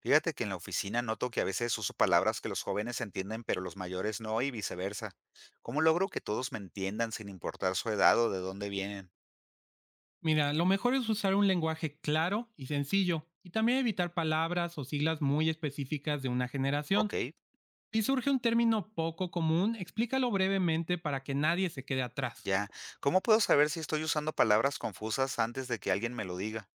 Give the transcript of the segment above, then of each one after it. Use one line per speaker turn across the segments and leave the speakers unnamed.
Fíjate que en la oficina noto que a veces uso palabras que los jóvenes entienden, pero los mayores no y viceversa. ¿Cómo logro que todos me entiendan sin importar su edad o de dónde vienen?
Mira, lo mejor es usar un lenguaje claro y sencillo y también evitar palabras o siglas muy específicas de una generación.
Ok,
Si surge un término poco común, explícalo brevemente para que nadie se quede atrás.
ya. ¿Cómo puedo saber si estoy usando palabras confusas antes de que alguien me lo diga?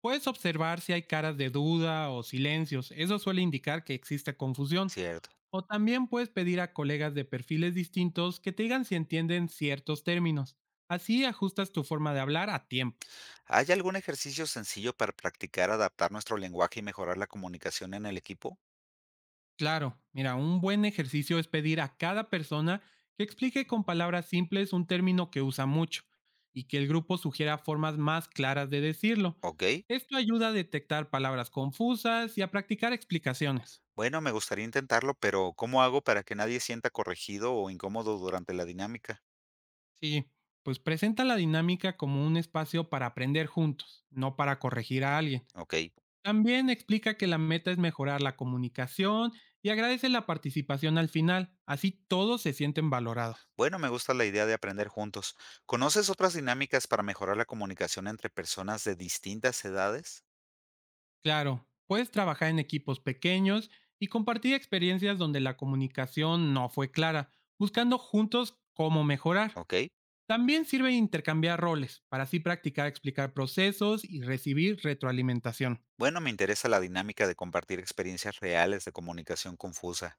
Puedes observar si hay caras de duda o silencios, eso suele indicar que existe confusión.
Cierto.
O también puedes pedir a colegas de perfiles distintos que te digan si entienden ciertos términos. Así ajustas tu forma de hablar a tiempo.
¿Hay algún ejercicio sencillo para practicar adaptar nuestro lenguaje y mejorar la comunicación en el equipo?
Claro, mira, un buen ejercicio es pedir a cada persona que explique con palabras simples un término que usa mucho y que el grupo sugiera formas más claras de decirlo.
Ok.
Esto ayuda a detectar palabras confusas y a practicar explicaciones.
Bueno, me gustaría intentarlo, pero ¿cómo hago para que nadie sienta corregido o incómodo durante la dinámica?
Sí, pues presenta la dinámica como un espacio para aprender juntos, no para corregir a alguien.
Ok.
También explica que la meta es mejorar la comunicación y agradece la participación al final, así todos se sienten valorados.
Bueno, me gusta la idea de aprender juntos. ¿Conoces otras dinámicas para mejorar la comunicación entre personas de distintas edades?
Claro, puedes trabajar en equipos pequeños y compartir experiencias donde la comunicación no fue clara, buscando juntos cómo mejorar.
Ok.
También sirve intercambiar roles para así practicar explicar procesos y recibir retroalimentación.
Bueno, me interesa la dinámica de compartir experiencias reales de comunicación confusa.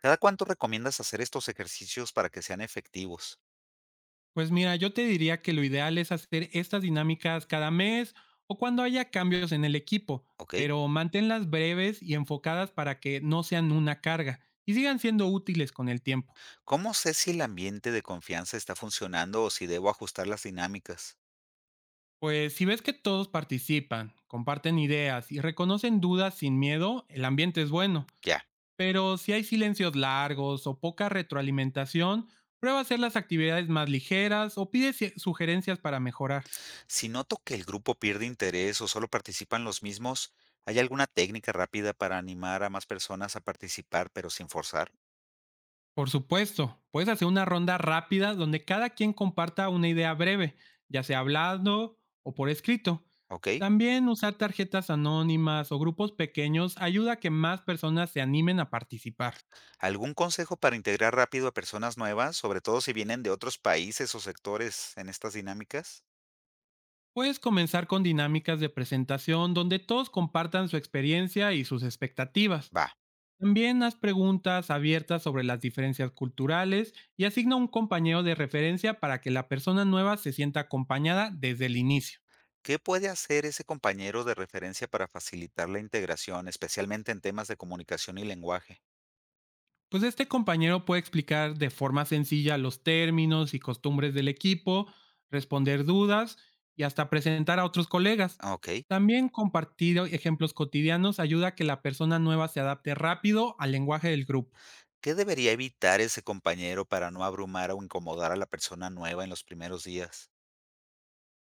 ¿Cada cuánto recomiendas hacer estos ejercicios para que sean efectivos?
Pues mira, yo te diría que lo ideal es hacer estas dinámicas cada mes o cuando haya cambios en el equipo,
Ok.
pero manténlas breves y enfocadas para que no sean una carga y sigan siendo útiles con el tiempo.
¿Cómo sé si el ambiente de confianza está funcionando o si debo ajustar las dinámicas?
Pues si ves que todos participan, comparten ideas y reconocen dudas sin miedo, el ambiente es bueno.
Ya.
Pero si hay silencios largos o poca retroalimentación, prueba hacer las actividades más ligeras o pide sugerencias para mejorar.
Si noto que el grupo pierde interés o solo participan los mismos, ¿hay alguna técnica rápida para animar a más personas a participar pero sin forzar?
Por supuesto, puedes hacer una ronda rápida donde cada quien comparta una idea breve, ya sea hablando o por escrito.
¿Ok?
También usar tarjetas anónimas o grupos pequeños ayuda a que más personas se animen a participar.
¿Algún consejo para integrar rápido a personas nuevas, sobre todo si vienen de otros países o sectores en estas dinámicas?
Puedes comenzar con dinámicas de presentación donde todos compartan su experiencia y sus expectativas.
Va.
También haz preguntas abiertas sobre las diferencias culturales y asigna un compañero de referencia para que la persona nueva se sienta acompañada desde el inicio.
¿Qué puede hacer ese compañero de referencia para facilitar la integración, especialmente en temas de comunicación y lenguaje?
Pues este compañero puede explicar de forma sencilla los términos y costumbres del equipo, responder dudas y hasta presentar a otros colegas.
Ok.
También compartir ejemplos cotidianos ayuda a que la persona nueva se adapte rápido al lenguaje del grupo.
¿Qué debería evitar ese compañero para no abrumar o incomodar a la persona nueva en los primeros días?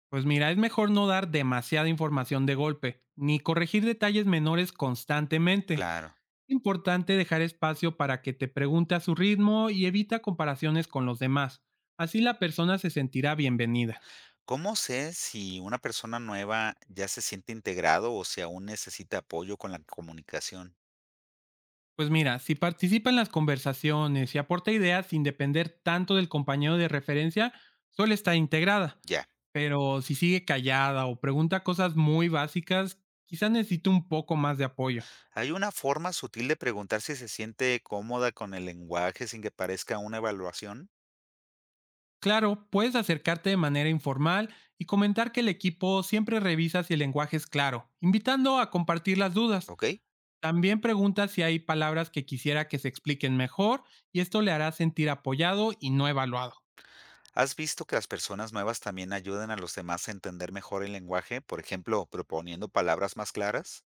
Pues mira, es mejor no dar demasiada información de golpe, ni corregir detalles menores constantemente.
Claro.
Es importante dejar espacio para que te pregunte a su ritmo y evita comparaciones con los demás. Así la persona se sentirá bienvenida.
¿Cómo sé si una persona nueva ya se siente integrado o si aún necesita apoyo con la comunicación?
Pues mira, si participa en las conversaciones y aporta ideas sin depender tanto del compañero de referencia, suele estar integrada.
Ya.
Pero si sigue callada o pregunta cosas muy básicas, quizás necesite un poco más de apoyo.
Hay una forma sutil de preguntar si se siente cómoda con el lenguaje sin que parezca una evaluación,
Claro, puedes acercarte de manera informal y comentar que el equipo siempre revisa si el lenguaje es claro, invitando a compartir las dudas.
¿ok?
También pregunta si hay palabras que quisiera que se expliquen mejor y esto le hará sentir apoyado y no evaluado.
¿Has visto que las personas nuevas también ayudan a los demás a entender mejor el lenguaje, por ejemplo, proponiendo palabras más claras?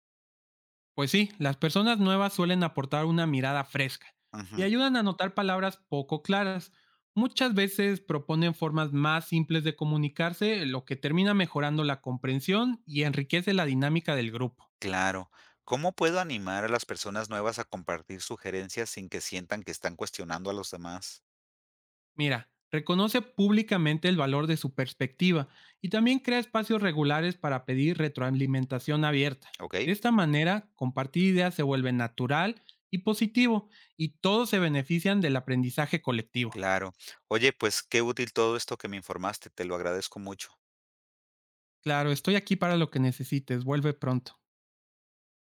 Pues sí, las personas nuevas suelen aportar una mirada fresca y
Ujú,
ayudan a notar palabras poco claras. Muchas veces proponen formas más simples de comunicarse, lo que termina mejorando la comprensión y enriquece la dinámica del grupo.
claro. ¿Cómo puedo animar a las personas nuevas a compartir sugerencias sin que sientan que están cuestionando a los demás?
Mira, reconoce públicamente el valor de su perspectiva y también crea espacios regulares para pedir retroalimentación abierta.
¿Ok?
De esta manera, compartir ideas se vuelve natural y positivo y todos se benefician del aprendizaje colectivo.
Claro. Oye, pues qué útil todo esto que me informaste, te lo agradezco mucho.
Claro, estoy aquí para lo que necesites. Vuelve pronto.